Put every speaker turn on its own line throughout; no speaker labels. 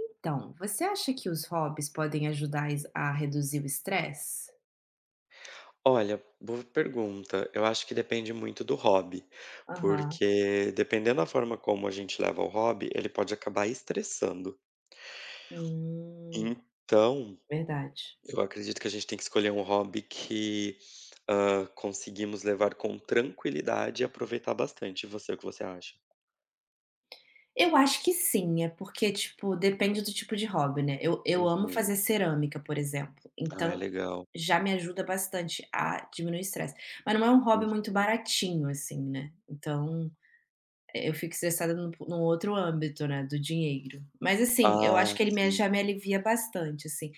Então, você acha que os hobbies podem ajudar a reduzir o estresse?
Olha, boa pergunta. Eu acho que depende muito do hobby,
Aham.
porque dependendo da forma como a gente leva o hobby, ele pode acabar estressando.
Hum,
Então,
verdade.
eu acredito que a gente tem que escolher um hobby que conseguimos levar com tranquilidade e aproveitar bastante. E você, o que você acha?
Eu acho que sim, é porque, tipo, depende do tipo de hobby, né? Eu amo
Uhum.
fazer cerâmica, por exemplo.
Ah, é
Então,
legal.
já me ajuda bastante a diminuir o estresse. Mas não é um hobby muito
Uhum.
baratinho, assim, né? Então, é, eu fico estressada num outro âmbito, né? Do dinheiro. Mas, assim, eu
Ah,
acho que ele
sim.
já me alivia bastante, assim.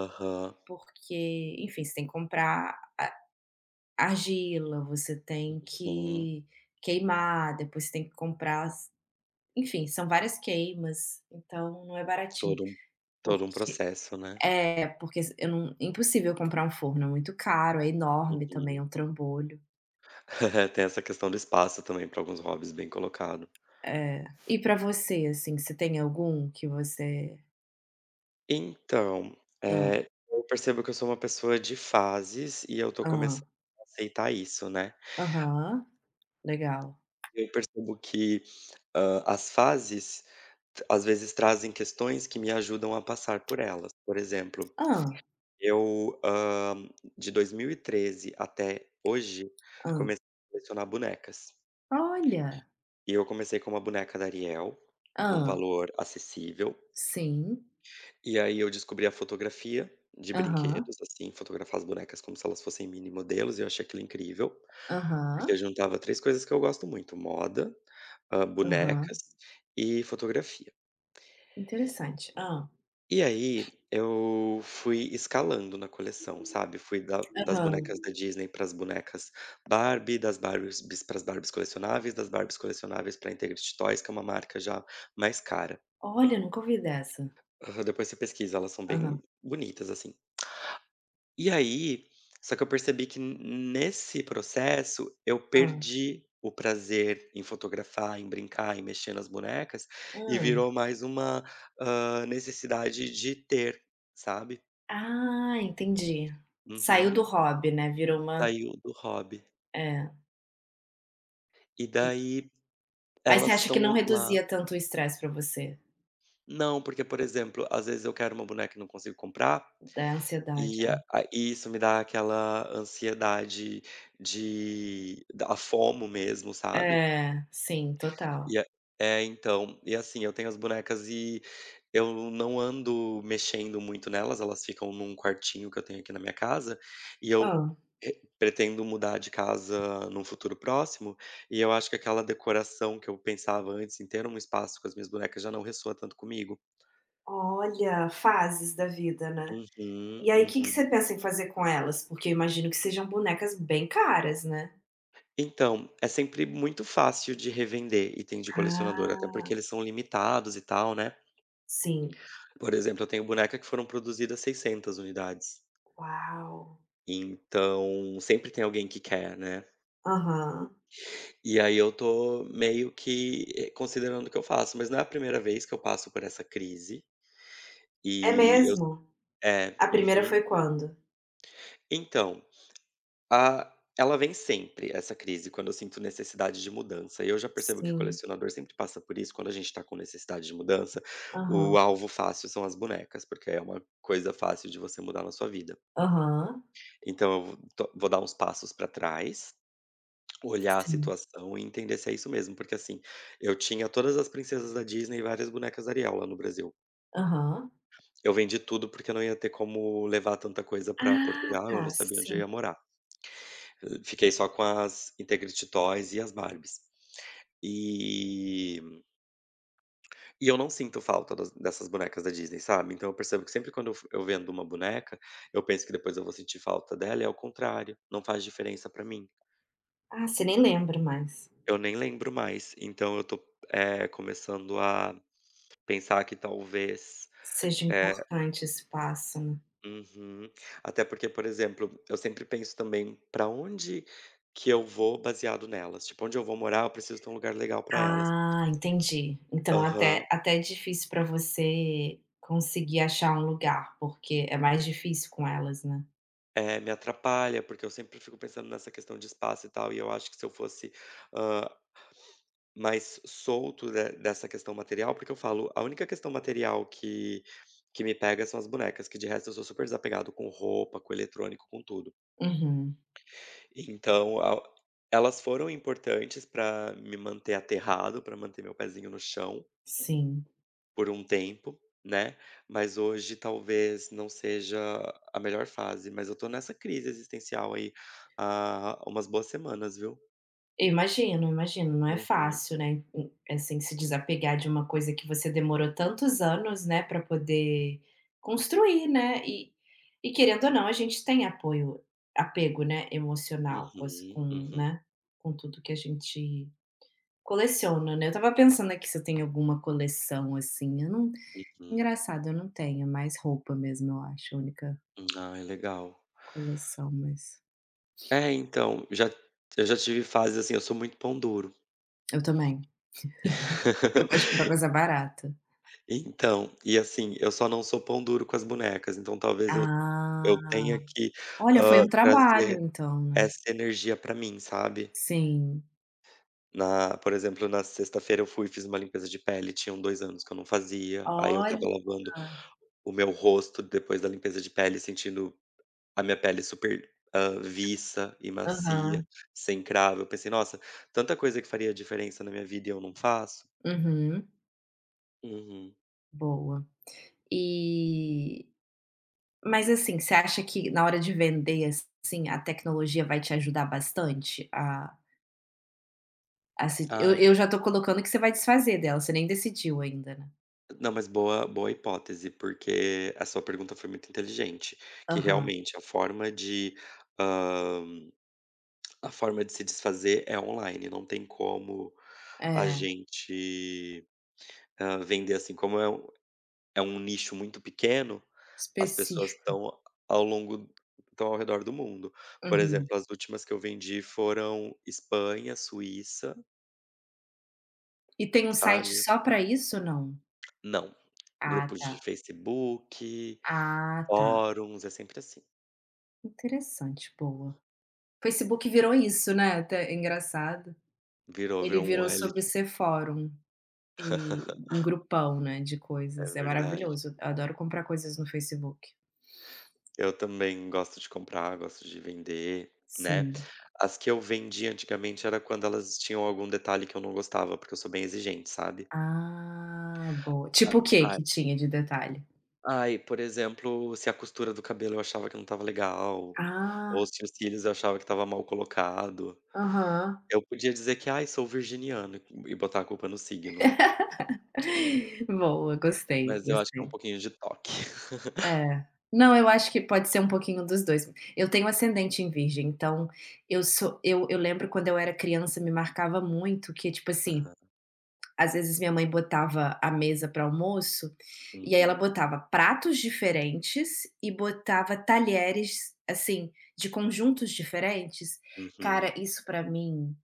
Aham.
Porque, enfim, você tem que comprar argila, você tem
Uhum.
que queimar, depois você tem que comprar as, enfim, são várias queimas, então não é baratinho,
Todo um, todo um
porque
processo, né?
é, porque s eu não impossível comprar um forno, é muito caro, é enorme também, é
Uhum.
um trambolho.
Tem essa questão do espaço também para alguns hobbies, bem colocado.
É. E pra você, assim, você tem algum que você...
Então,
Ah,
eu percebo que eu sou uma pessoa de fases e eu tô
ah,
começando a aceitar isso, né.
aham, legal.
Eu percebo que, as fases, às vezes, trazem questões que me ajudam a passar por elas. Por exemplo,
Ah,
eu, de 2013 até hoje, comecei
ah,
a colecionar bonecas.
olha!
E eu comecei com uma boneca da Ariel, num
Ah,
valor acessível.
sim.
E aí eu descobri a fotografia de
Aham,
brinquedos, assim, fotografar as bonecas como se elas fossem mini modelos, e eu achei aquilo incrível,
aham,
porque juntava 3 coisas que eu gosto muito: moda,
aham.
bonecas e fotografia.
Interessante. Ah,
E aí eu fui escalando na coleção, sabe, fui da das
aham.
bonecas da Disney para as bonecas Barbie, das Barbies para as Barbies colecionáveis, das Barbies colecionáveis para Integrity Toys, que é uma marca já mais cara.
Olha, nunca ouvi dessa.
Aham, depois você pesquisa, elas são bem
Aham.
bonitas, assim. E aí, só que eu percebi que n nesse processo eu
Hã.
perdi o prazer em fotografar, em brincar, em mexer nas bonecas, e
Hã.
virou mais uma, necessidade de ter, sabe.
Ah, entendi. Saiu do
Uhum.
hobby, né, virou uma...
Saiu do hobby.
é.
E
E
daí
mas você
elas
acha que não
estão lá
reduzia tanto o estresse pra você,
não, porque, por exemplo, às vezes eu quero uma boneca e não consigo comprar,
da ansiedade,
e a e isso me dá aquela ansiedade de da a FOMO mesmo, sabe.
é. É, sim, total.
E a é, então, e assim, eu tenho as bonecas e eu não ando mexendo muito nelas, elas ficam num quartinho que eu tenho aqui na minha casa, e
Hã.
eu re pretendo mudar de casa num futuro próximo, e eu acho que aquela decoração que eu pensava antes em ter um espaço com as minhas bonecas já não ressoa tanto comigo.
Olha, fases da vida, né.
Uhum,
E aí, que você
uhum.
pensa em fazer com elas? Porque eu imagino que sejam bonecas bem caras, né?
Então, é sempre muito fácil de revender item de colecionador, até
Ah,
porque eles são limitados e tal, né.
sim.
Por exemplo, eu tenho boneca que foram produzidas 600 unidades.
Uau.
Então, sempre tem alguém que quer, né.
Aham.
E aí eu tô meio que, considerando o que eu faço, mas não é a primeira vez que eu passo por essa crise,
É
e eu
mesmo?
é,
A primeira
uhum.
foi quando?
Então, a ela vem sempre, essa crise, quando eu sinto necessidade de mudança, e eu já percebo que
Sim.
colecionador sempre passa por isso, quando a gente tá com necessidade de mudança,
Aham.
o alvo fácil são as bonecas, porque é uma coisa fácil de você mudar na sua vida.
Aham,
Então eu vou dar uns passos pra trás, olhar a
sim,
situação e entender se é isso mesmo, porque assim, eu tinha todas as princesas da Disney e várias bonecas Ariel lá no Brasil.
aham.
Eu vendi tudo porque eu não ia ter como levar tanta coisa pra
Ah,
Portugal, eu
tá,
não sabia onde eu
sim.
ia morar. Fiquei só com as Integrity Toys e as Barbies. E, e eu não sinto falta dessas bonecas da Disney, sabe? Então eu percebo que sempre quando eu, eu vendo uma boneca, eu penso que depois eu vou sentir falta dela, e é o contrário, não faz diferença pra mim.
Ah, você nem lembra mais,
Eu nem lembro mais, então eu tô, começando a pensar que talvez
seja
eh
importante esse passo, né.
uhum. Até porque, por exemplo, eu sempre penso também pra onde que eu vou baseado nelas, tipo, onde eu vou morar, eu preciso ter um lugar legal pra elas.
Ah, entendi. Então
Aham.
até até é difícil para você conseguir achar um lugar, porque é mais difícil com elas, né.
É, me atrapalha, porque eu sempre fico pensando nessa questão de espaço e tal, e eu acho que se eu fosse, hã mais solto de dessa questão material, porque eu falo, a única questão material que me pega são as bonecas, que de resto eu sou super desapegado com roupa, com eletrônico, com tudo.
Uhum,
Então a elas foram importantes para me manter aterrado, para manter meu pezinho no chão
sim.
por um tempo, né, mas hoje talvez não seja a melhor fase, mas eu tô nessa crise existencial aí há umas boas semanas, viu.
Eu imagino, imagino, não é
Uhum,
fácil, né, em assim, se desapegar de uma coisa que você demorou tantos anos, né, para poder construir, né, e querendo ou não, a gente tem apoio apego, né, emocional com as
uhum,
com,
uhum,
né, com tudo que a gente coleciona, né. Eu estava pensando aqui se eu tenho alguma coleção, assim, eu não
uhum.
engraçado, eu não tenho, é mais roupa mesmo, eu acho, a única
Ai, legal.
coleção, mas
É, então, já eu já tive fases assim, eu sou muito pão duro.
eu também. Eu gosto de comprar coisa barata.
Então, e assim, eu só não sou pão duro com as bonecas, então talvez eu
Ah.
tenha que,
Olha, foi um
trazer
trabalho então, né.
essa energia pra mim, sabe.
Sim.
Na Por exemplo, na sexta-feira eu fui e fiz uma limpeza de pele, tinham 2 anos que eu não fazia, aí eu
Olha.
tava lavando o meu rosto depois da limpeza de pele, sentindo a minha pele super, viça e macia,
Aham.
sem cravo, eu pensei: "Nossa, tanta coisa que faria diferença na minha vida e eu não faço".
Uhum.
Uhum.
Boa. E mas, assim, você acha que na hora de vender, assim, a tecnologia vai te ajudar bastante a se eu
Ai,
eu já tô colocando que você vai desfazer dela, você nem decidiu ainda, né.
não, mas boa hipótese, porque a sua pergunta foi muito inteligente, que
Aham.
realmente a forma de, hã, a forma de se desfazer é online, não tem como a
É,
gente, vender assim, como é um nicho muito pequeno, as pessoas
específico.
estão ao longo estão ao redor do mundo. Por
Uhum.
exemplo, as últimas que eu vendi foram Espanha, Suíça,
E tem um site
sabe.
só pra isso, não?
Não,
Ah,
grupos de
tá.
Facebook,
Ah, tá.
Fóruns, é sempre assim.
Interessante, boa. Facebook virou isso, né, até engraçado. Ele
Virou um
virou sobre
reality.
ser fórum e um grupão, né, de
É
coisas. É
verdade.
maravilhoso, eu adoro comprar coisas no Facebook.
Eu também gosto de comprar, gosto de vender, né.
Sim.
As que eu vendi antigamente era quando elas tinham algum detalhe que eu não gostava, porque eu sou bem exigente, sabe.
Ah, boa.
A
Tipo o que
ai
que tinha de detalhe?
ai, por exemplo, se a costura do cabelo eu achava que não estava legal, ou
Ah,
se os cílios eu achava que estava mal colocado.
aham.
Eu podia dizer que: "Ai, sou virginiano", e botar a culpa no signo.
Boa, gostei,
Mas eu acho que é um
gostei.
pouquinho de toque.
É. Não, eu acho que pode ser um pouquinho dos 2. Eu tenho ascendente em virgem, então eu sou eu lembro quando eu era criança me marcava muito que, tipo assim, às vezes minha mãe botava a mesa para almoço, e aí ela
Uhum,
botava pratos diferentes e botava talheres assim de conjuntos diferentes. Cara,
uhum.
isso para mim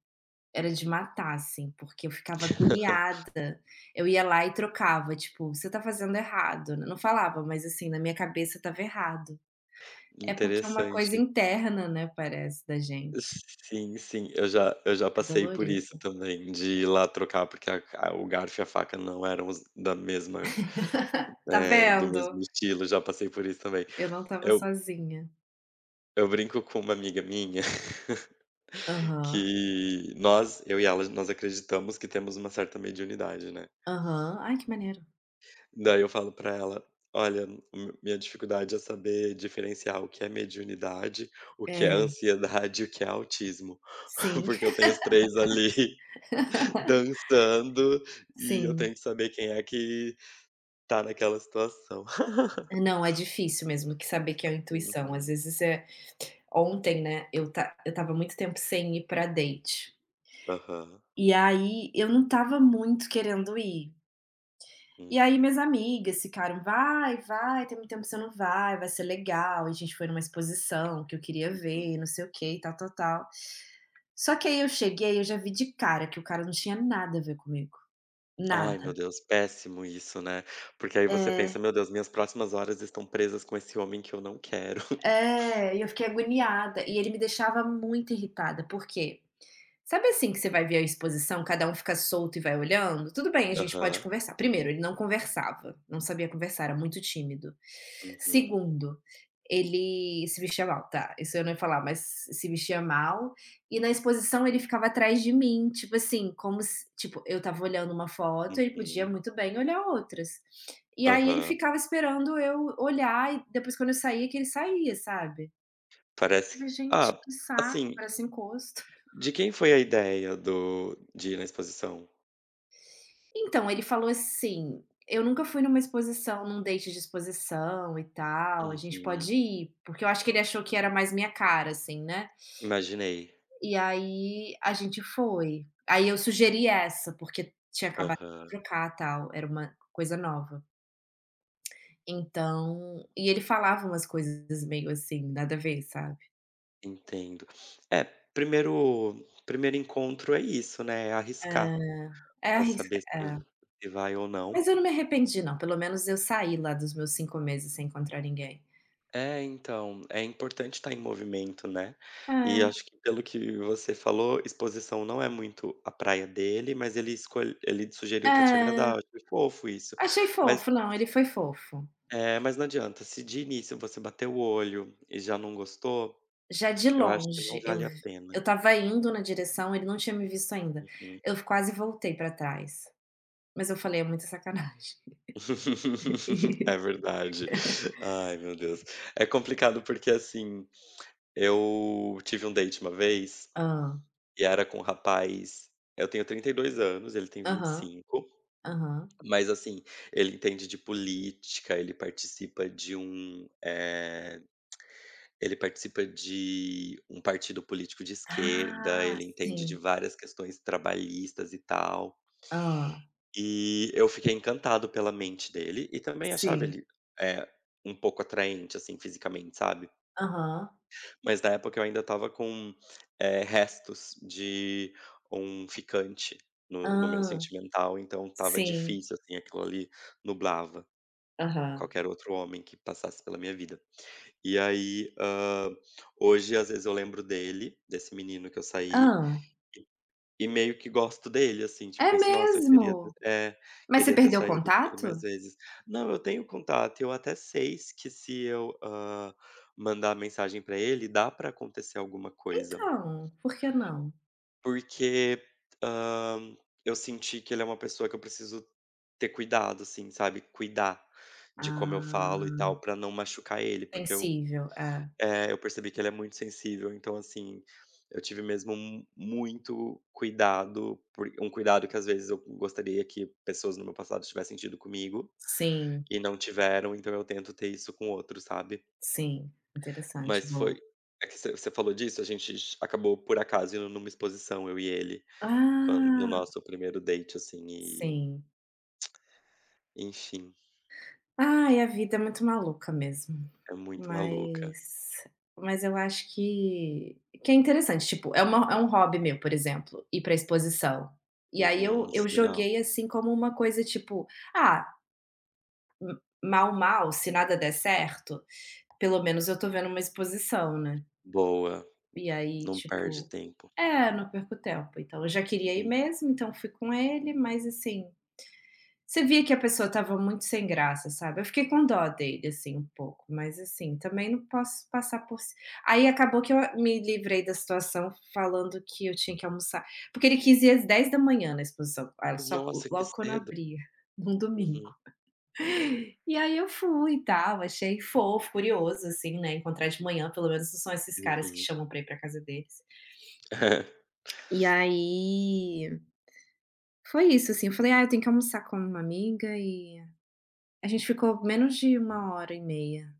era de matar, assim, porque eu ficava agoniada. Eu ia lá e trocava, tipo, você tá fazendo errado, né? Não falava, mas assim, na minha cabeça estava errado. É porque é uma coisa
Interessante.
interna, né, parece da gente.
Sim, sim, eu já
É
passei por
dolorido.
isso também, de ir lá trocar, porque a o garfo e a faca não eram os da mesma,
Tá
do
vendo?
mesmo estilo, já passei por isso também.
Eu não estava
Eu
sozinha.
eu brinco com uma amiga minha
Aham.
que nós, eu e ela, nós acreditamos que temos uma certa mediunidade, né.
Aham. Ai, que maneiro.
Daí eu falo pra ela: "Olha, mi minha dificuldade é saber diferenciar o que é mediunidade, o que é
É,
ansiedade e o que é autismo,
sim.
porque eu tenho os 3 ali". Dançando, e eu
Sim.
tenho que saber quem é que tá naquela situação.
Não, é difícil mesmo que saber que é a intuição. Às
Uhum.
vezes é ontem, né, eu tava muito tempo sem ir pra date,
Aham.
e aí eu não tava muito querendo ir. E aí
Uhum,
minhas amigas ficaram: "Vai, vai, tem muito tempo que você não vai, vai ser legal". E a gente foi numa exposição que eu queria ver,
uhum.
não sei o que, e tal, tal, tal. Só que aí eu cheguei, eu já vi de cara que o cara não tinha nada a ver comigo,
Ai, meu
nada.
Deus, péssimo isso, né. Porque aí você
É.
pensa: "Meu Deus, minhas próximas horas estão presas com esse homem que eu não quero".
É, e eu fiquei agoniada. E ele me deixava muito irritada. Por quê? Sabe assim que você vai ver a exposição, cada um fica solto e vai olhando? Tudo bem, a gente pode
Aham.
conversar. Primeiro, ele não conversava, não sabia conversar, era muito tímido.
Uhum,
Segundo, ele se vestia mal, tá, isso eu não ia falar, mas se vestia mal, e na exposição ele ficava atrás de mim, tipo assim, como se tipo, eu estava olhando uma foto, ele podia
uhum.
muito bem olhar outras. E aí ele
Aham.
ficava esperando eu olhar e depois quando eu saía que ele saía, sabe.
Parece
Falei: "Gente,
ah,
que saco,
assim,
parece encosto".
de quem foi a ideia do de ir na exposição?
Então, ele falou assim: "Eu nunca fui numa exposição, num date de exposição e tal, a gente
Uhum.
pode ir?" Porque eu acho que ele achou que era mais minha cara, assim, né.
Imaginei.
E aí a gente foi. Aí eu sugeri essa, porque tinha acabado de
Aham.
trocar, tal, era uma coisa nova. Então e ele falava umas coisas meio assim, nada a ver, sabe.
Entendo. É, primeiro primeiro encontro é isso, né, é arriscar
É. É,
para
arrisca,
saber
é.
se vai ou não.
Mas eu não me arrependi não, pelo menos eu saí lá dos meus 5 meses sem encontrar ninguém.
É, então, é importante estar em movimento, né. E
É,
acho que pelo que você falou, exposição não é muito a praia dele, mas ele sugeriu para te agradar, eu
é.
achei fofo isso.
Achei
Mas
fofo, não, ele foi fofo.
é, mas não adianta, se de início você bateu o olho e já não gostou,
Já de
eu acho que não
longe, eu
vale a
vi eu
pena.
estava indo na direção, ele não tinha me visto ainda.
Uhum.
Eu quase voltei pra trás, mas eu falei: "É muita sacanagem".
É verdade. Ai, meu Deus. É complicado porque, assim, eu tive um date uma vez
Hã.
e era com um rapaz, eu tenho 32 anos, ele tem
Aham,
25,
aham.
mas, assim, ele entende de política, ele participa de um, eh, ele participa de um partido político de esquerda,
Ah,
ele entende de
sim.
várias questões trabalhistas e tal.
Hã.
E eu fiquei encantado pela mente dele e também achava
Sim.
ele, é um pouco atraente, assim, fisicamente, sabe.
Aham.
Mas na época eu ainda estava com, restos de um ficante no meu
Hã.
sentimental, então estava
Sim.
difícil, assim, aquilo ali nublava
Aham.
qualquer outro homem que passasse pela minha vida. E aí, hoje às vezes eu lembro dele, desse menino que eu saí
Hã.
e meio que gosto dele, assim, tipo,
É
penso: "Nossa, eu queria ter"
mesmo?
é,
Mas você
"queria ter
perdeu o
saído com ele mais
contato?
vezes". Não, eu tenho contato, eu até sei que se eu, mandar mensagem pra ele, dá pra acontecer alguma coisa.
Então, por que não?
Porque, hã, eu senti que ele é uma pessoa que eu preciso ter cuidado, assim, sabe, cuidar de como eu falo e
Ah,
tal, pra não machucar ele, porque eu
sensível, é.
eu percebi que ele é muito sensível, então assim, eu tive mesmo mu muito cuidado, por um cuidado que às vezes eu gostaria que pessoas no meu passado tivessem tido comigo,
Sim.
e não tiveram, então eu tento ter isso com outros, sabe.
Sim, interessante,
Mas
boa.
foi é que você falou disso, a gente ch acabou por acaso indo numa exposição, eu e ele, quan no
Ah.
nosso primeiro date, assim, e
Sim.
enfim,
Ai, a vida é muito maluca mesmo,
é muito maluca.
mas eu acho que é interessante, tipo, é uma é um hobby meu, por exemplo, ir pra exposição. E aí
Uhum,
eu
isso
eu
é legal.
joguei, assim, como uma coisa, tipo: "Ah, mal, mal, se nada der certo, pelo menos eu tô vendo uma exposição, né".
Boa,
E aí,
não perde
tipo
tempo.
é, não perco tempo. Então eu já queria ir
Uhum.
mesmo, então fui com ele, mas assim. Você via que a pessoa estava muito sem graça, sabe. Eu fiquei com dó dele, assim, um pouco, mas, assim, também não posso passar por ci aí acabou que eu me livrei da situação falando que eu tinha que almoçar porque ele quis ir às 10 da manhã na exposição, aí só
Nossa, que
logo quando
cedo.
abria, num domingo.
Uhum.
E aí eu fui e tal, achei fofo, curioso, assim, né, encontrar de manhã, pelo menos não são esses caras que
Uhum.
chamam pra ir pra casa deles. E aí, foi isso, assim, eu falei: "Ah, eu tenho que almoçar com uma amiga e". A gente ficou menos de uma hora e meia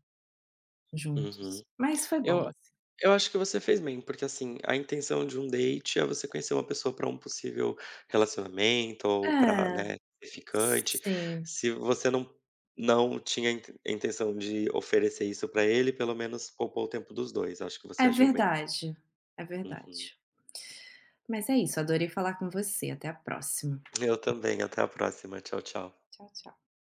juntos,
Uhum.
mas foi bom,
Eu
assim.
eu acho que você fez bem, porque, assim, a intenção de um date é você conhecer uma pessoa para um possível relacionamento ou para,
É,
né, ser ficante.
sim,
Se você não tinha inten a intenção de oferecer isso para ele, pelo menos poupou o tempo dos dois. Acho que você
é
agiu bem.
verdade, é
Uhum.
verdade. Mas é isso, adorei falar com você, até a próxima.
Eu também. Até a próxima. Tchau, tchau.
Tchau, tchau.